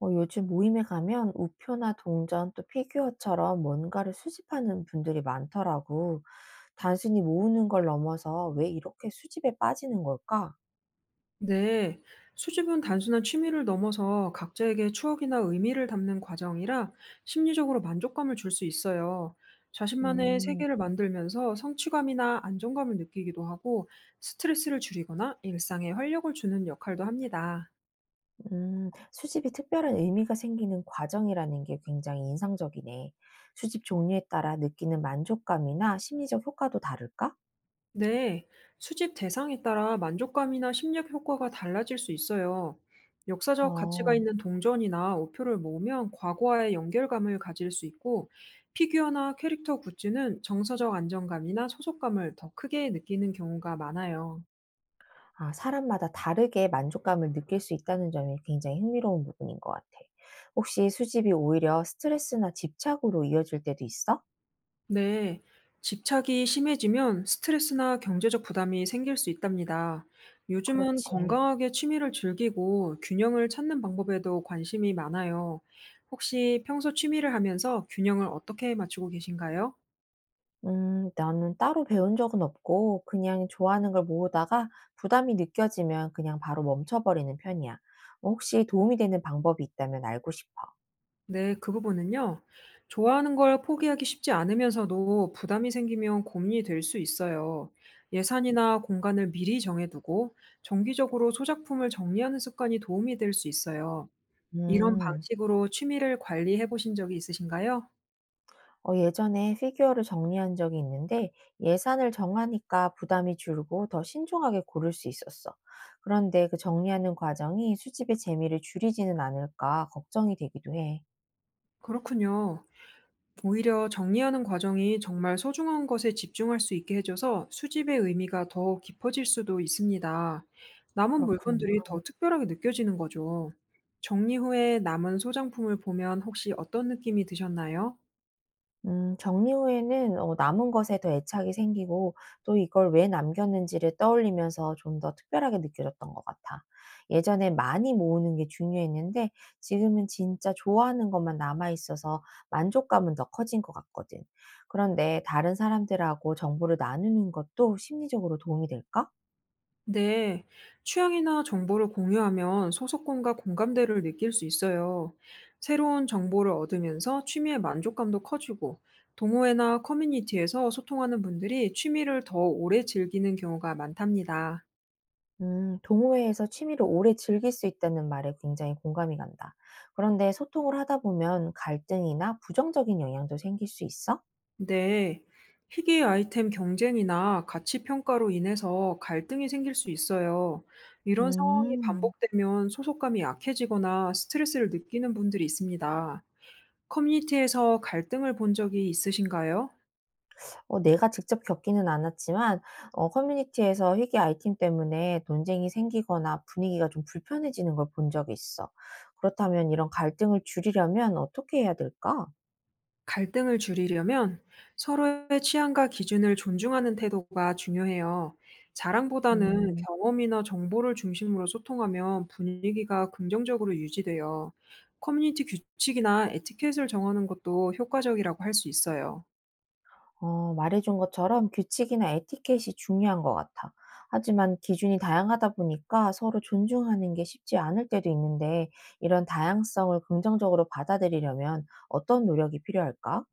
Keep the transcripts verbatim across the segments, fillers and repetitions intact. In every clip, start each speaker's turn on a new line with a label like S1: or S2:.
S1: 어, 요즘 모임에 가면 우표나 동전 또 피규어처럼 뭔가를 수집하는 분들이 많더라고. 단순히 모으는 걸 넘어서 왜 이렇게 수집에 빠지는 걸까?
S2: 네, 수집은 단순한 취미를 넘어서 각자에게 추억이나 의미를 담는 과정이라 심리적으로 만족감을 줄 수 있어요. 자신만의
S1: 음,
S2: 세계를 만들면서 성취감이나 안정감을 느끼기도 하고 스트레스를 줄이거나 일상에 활력을 주는 역할도 합니다.
S1: 음, 수집이 특별한 의미가 생기는 과정이라는 게 굉장히 인상적이네. 수집 종류에 따라 느끼는 만족감이나 심리적 효과도 다를까?
S2: 네, 수집 대상에 따라 만족감이나 심리적 효과가 달라질 수 있어요. 역사적
S1: 어.
S2: 가치가 있는 동전이나 우표를 모으면 과거와의 연결감을 가질 수 있고, 피규어나 캐릭터 굿즈는 정서적 안정감이나 소속감을 더 크게 느끼는 경우가 많아요.
S1: 아, 사람마다 다르게 만족감을 느낄 수 있다는 점이 굉장히 흥미로운 부분인 것 같아. 혹시 수집이 오히려 스트레스나 집착으로 이어질 때도 있어?
S2: 네, 집착이 심해지면 스트레스나 경제적 부담이 생길 수 있답니다. 요즘은
S1: 그렇지.
S2: 건강하게 취미를 즐기고 균형을 찾는 방법에도 관심이 많아요. 혹시 평소 취미를 하면서 균형을 어떻게 맞추고 계신가요?
S1: 음, 나는 따로 배운 적은 없고, 그냥 좋아하는 걸 모으다가 부담이 느껴지면 그냥 바로 멈춰버리는 편이야. 혹시 도움이 되는 방법이 있다면 알고 싶어.
S2: 네, 그 부분은요. 좋아하는 걸 포기하기 쉽지 않으면서도 부담이 생기면 고민이 될 수 있어요. 예산이나 공간을 미리 정해두고 정기적으로 소작품을 정리하는 습관이 도움이 될 수 있어요. 이런
S1: 음.
S2: 방식으로 취미를 관리해 보신 적이 있으신가요?
S1: 어, 예전에 피규어를 정리한 적이 있는데 예산을 정하니까 부담이 줄고 더 신중하게 고를 수 있었어. 그런데 그 정리하는 과정이 수집의 재미를 줄이지는 않을까 걱정이 되기도 해.
S2: 그렇군요. 오히려 정리하는 과정이 정말 소중한 것에 집중할 수 있게 해줘서 수집의 의미가 더 깊어질 수도 있습니다. 남은
S1: 그렇구나.
S2: 물건들이 더 특별하게 느껴지는 거죠. 정리 후에 남은 소장품을 보면 혹시 어떤 느낌이 드셨나요?
S1: 음, 정리 후에는 어 남은 것에 더 애착이 생기고 또 이걸 왜 남겼는지를 떠올리면서 좀 더 특별하게 느껴졌던 것 같아. 예전에 많이 모으는 게 중요했는데 지금은 진짜 좋아하는 것만 남아 있어서 만족감은 더 커진 것 같거든. 그런데 다른 사람들하고 정보를 나누는 것도 심리적으로 도움이 될까?
S2: 네, 취향이나 정보를 공유하면 소속감과 공감대를 느낄 수 있어요. 새로운 정보를 얻으면서 취미의 만족감도 커지고, 동호회나 커뮤니티에서 소통하는 분들이 취미를 더 오래 즐기는 경우가 많답니다.
S1: 음, 동호회에서 취미를 오래 즐길 수 있다는 말에 굉장히 공감이 간다. 그런데 소통을 하다 보면 갈등이나 부정적인 영향도 생길 수 있어?
S2: 네, 희귀 아이템 경쟁이나 가치 평가로 인해서 갈등이 생길 수 있어요. 이런 상황이
S1: 음.
S2: 반복되면 소속감이 약해지거나 스트레스를 느끼는 분들이 있습니다. 커뮤니티에서 갈등을 본 적이 있으신가요?
S1: 어 내가 직접 겪기는 않았지만 어 커뮤니티에서 희귀 아이템 때문에 논쟁이 생기거나 분위기가 좀 불편해지는 걸 본 적이 있어. 그렇다면 이런 갈등을 줄이려면 어떻게 해야 될까?
S2: 갈등을 줄이려면 서로의 취향과 기준을 존중하는 태도가 중요해요. 자랑보다는
S1: 음.
S2: 경험이나 정보를 중심으로 소통하면 분위기가 긍정적으로 유지돼요. 커뮤니티 규칙이나 에티켓을 정하는 것도 효과적이라고 할 수 있어요.
S1: 어 말해준 것처럼 규칙이나 에티켓이 중요한 것 같아. 하지만 기준이 다양하다 보니까 서로 존중하는 게 쉽지 않을 때도 있는데 이런 다양성을 긍정적으로 받아들이려면 어떤 노력이 필요할까?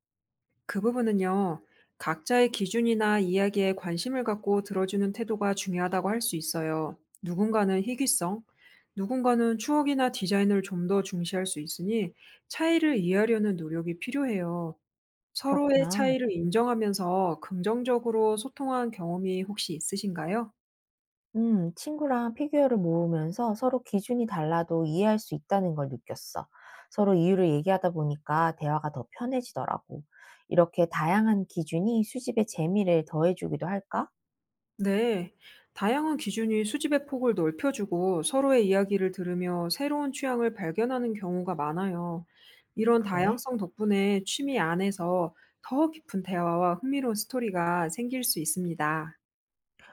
S2: 그 부분은요. 각자의 기준이나 이야기에 관심을 갖고 들어주는 태도가 중요하다고 할 수 있어요. 누군가는 희귀성, 누군가는 추억이나 디자인을 좀 더 중시할 수 있으니 차이를 이해하려는 노력이 필요해요. 서로의
S1: 그렇구나.
S2: 차이를 인정하면서 긍정적으로 소통한 경험이 혹시 있으신가요?
S1: 음, 친구랑 피규어를 모으면서 서로 기준이 달라도 이해할 수 있다는 걸 느꼈어. 서로 이유를 얘기하다 보니까 대화가 더 편해지더라고. 이렇게 다양한 기준이 수집의 재미를 더해주기도 할까?
S2: 네, 다양한 기준이 수집의 폭을 넓혀주고 서로의 이야기를 들으며 새로운 취향을 발견하는 경우가 많아요. 이런
S1: 그래.
S2: 다양성 덕분에 취미 안에서 더 깊은 대화와 흥미로운 스토리가 생길 수 있습니다.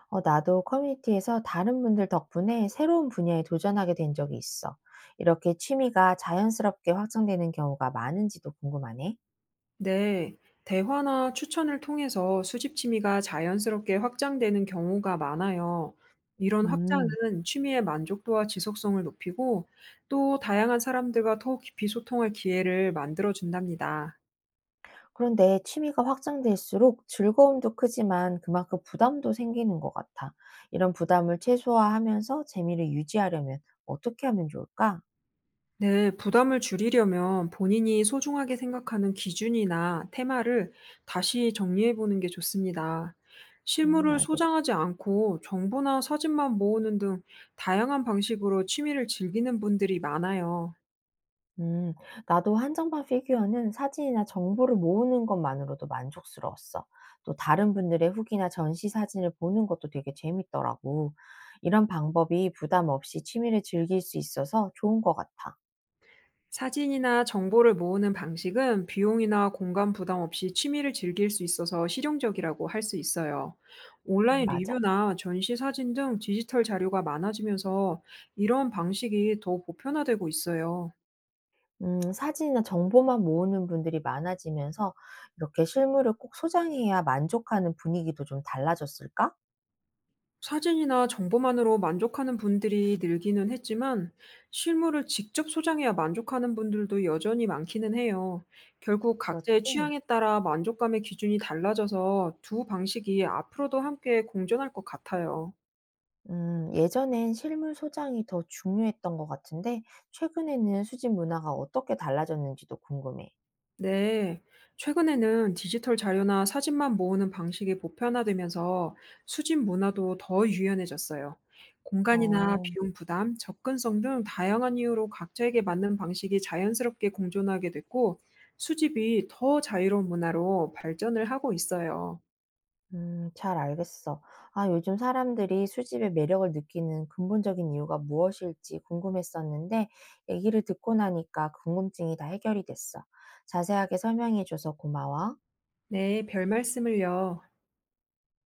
S1: 어, 나도 커뮤니티에서 다른 분들 덕분에 새로운 분야에 도전하게 된 적이 있어. 이렇게 취미가 자연스럽게 확장되는 경우가 많은지도 궁금하네.
S2: 네, 대화나 추천을 통해서 수집 취미가 자연스럽게 확장되는 경우가 많아요. 이런
S1: 음.
S2: 확장은 취미의 만족도와 지속성을 높이고 또 다양한 사람들과 더 깊이 소통할 기회를 만들어 준답니다.
S1: 그런데 취미가 확장될수록 즐거움도 크지만 그만큼 부담도 생기는 것 같아. 이런 부담을 최소화하면서 재미를 유지하려면 어떻게 하면 좋을까?
S2: 네, 부담을 줄이려면 본인이 소중하게 생각하는 기준이나 테마를 다시 정리해 보는 게 좋습니다.
S1: 음,
S2: 실물을
S1: 알겠어.
S2: 소장하지 않고 정보나 사진만 모으는 등 다양한 방식으로 취미를 즐기는 분들이 많아요.
S1: 음, 나도 한정판 피규어는 사진이나 정보를 모으는 것만으로도 만족스러웠어. 또 다른 분들의 후기나 전시 사진을 보는 것도 되게 재밌더라고. 이런 방법이 부담 없이 취미를 즐길 수 있어서 좋은 것 같아.
S2: 사진이나 정보를 모으는 방식은 비용이나 공간 부담 없이 취미를 즐길 수 있어서 실용적이라고 할 수 있어요.
S1: 음,
S2: 온라인
S1: 맞아.
S2: 리뷰나 전시 사진 등 디지털 자료가 많아지면서 이런 방식이 더 보편화되고 있어요.
S1: 음, 사진이나 정보만 모으는 분들이 많아지면서 이렇게 실물을 꼭 소장해야 만족하는 분위기도 좀 달라졌을까?
S2: 사진이나 정보만으로 만족하는 분들이 늘기는 했지만 실물을 직접 소장해야 만족하는 분들도 여전히 많기는 해요. 결국 각자의
S1: 그렇지?
S2: 취향에 따라 만족감의 기준이 달라져서 두 방식이 앞으로도 함께 공존할 것 같아요.
S1: 음, 예전엔 실물 소장이 더 중요했던 것 같은데, 최근에는 수집 문화가 어떻게 달라졌는지도 궁금해.
S2: 네. 최근에는 디지털 자료나 사진만 모으는 방식이 보편화되면서 수집 문화도 더 유연해졌어요. 공간이나
S1: 어,
S2: 비용 부담, 접근성 등 다양한 이유로 각자에게 맞는 방식이 자연스럽게 공존하게 됐고, 수집이 더 자유로운 문화로 발전을 하고 있어요.
S1: 음, 잘 알겠어. 아, 요즘 사람들이 수집의 매력을 느끼는 근본적인 이유가 무엇일지 궁금했었는데, 얘기를 듣고 나니까 궁금증이 다 해결이 됐어. 자세하게 설명해줘서 고마워.
S2: 네, 별 말씀을요.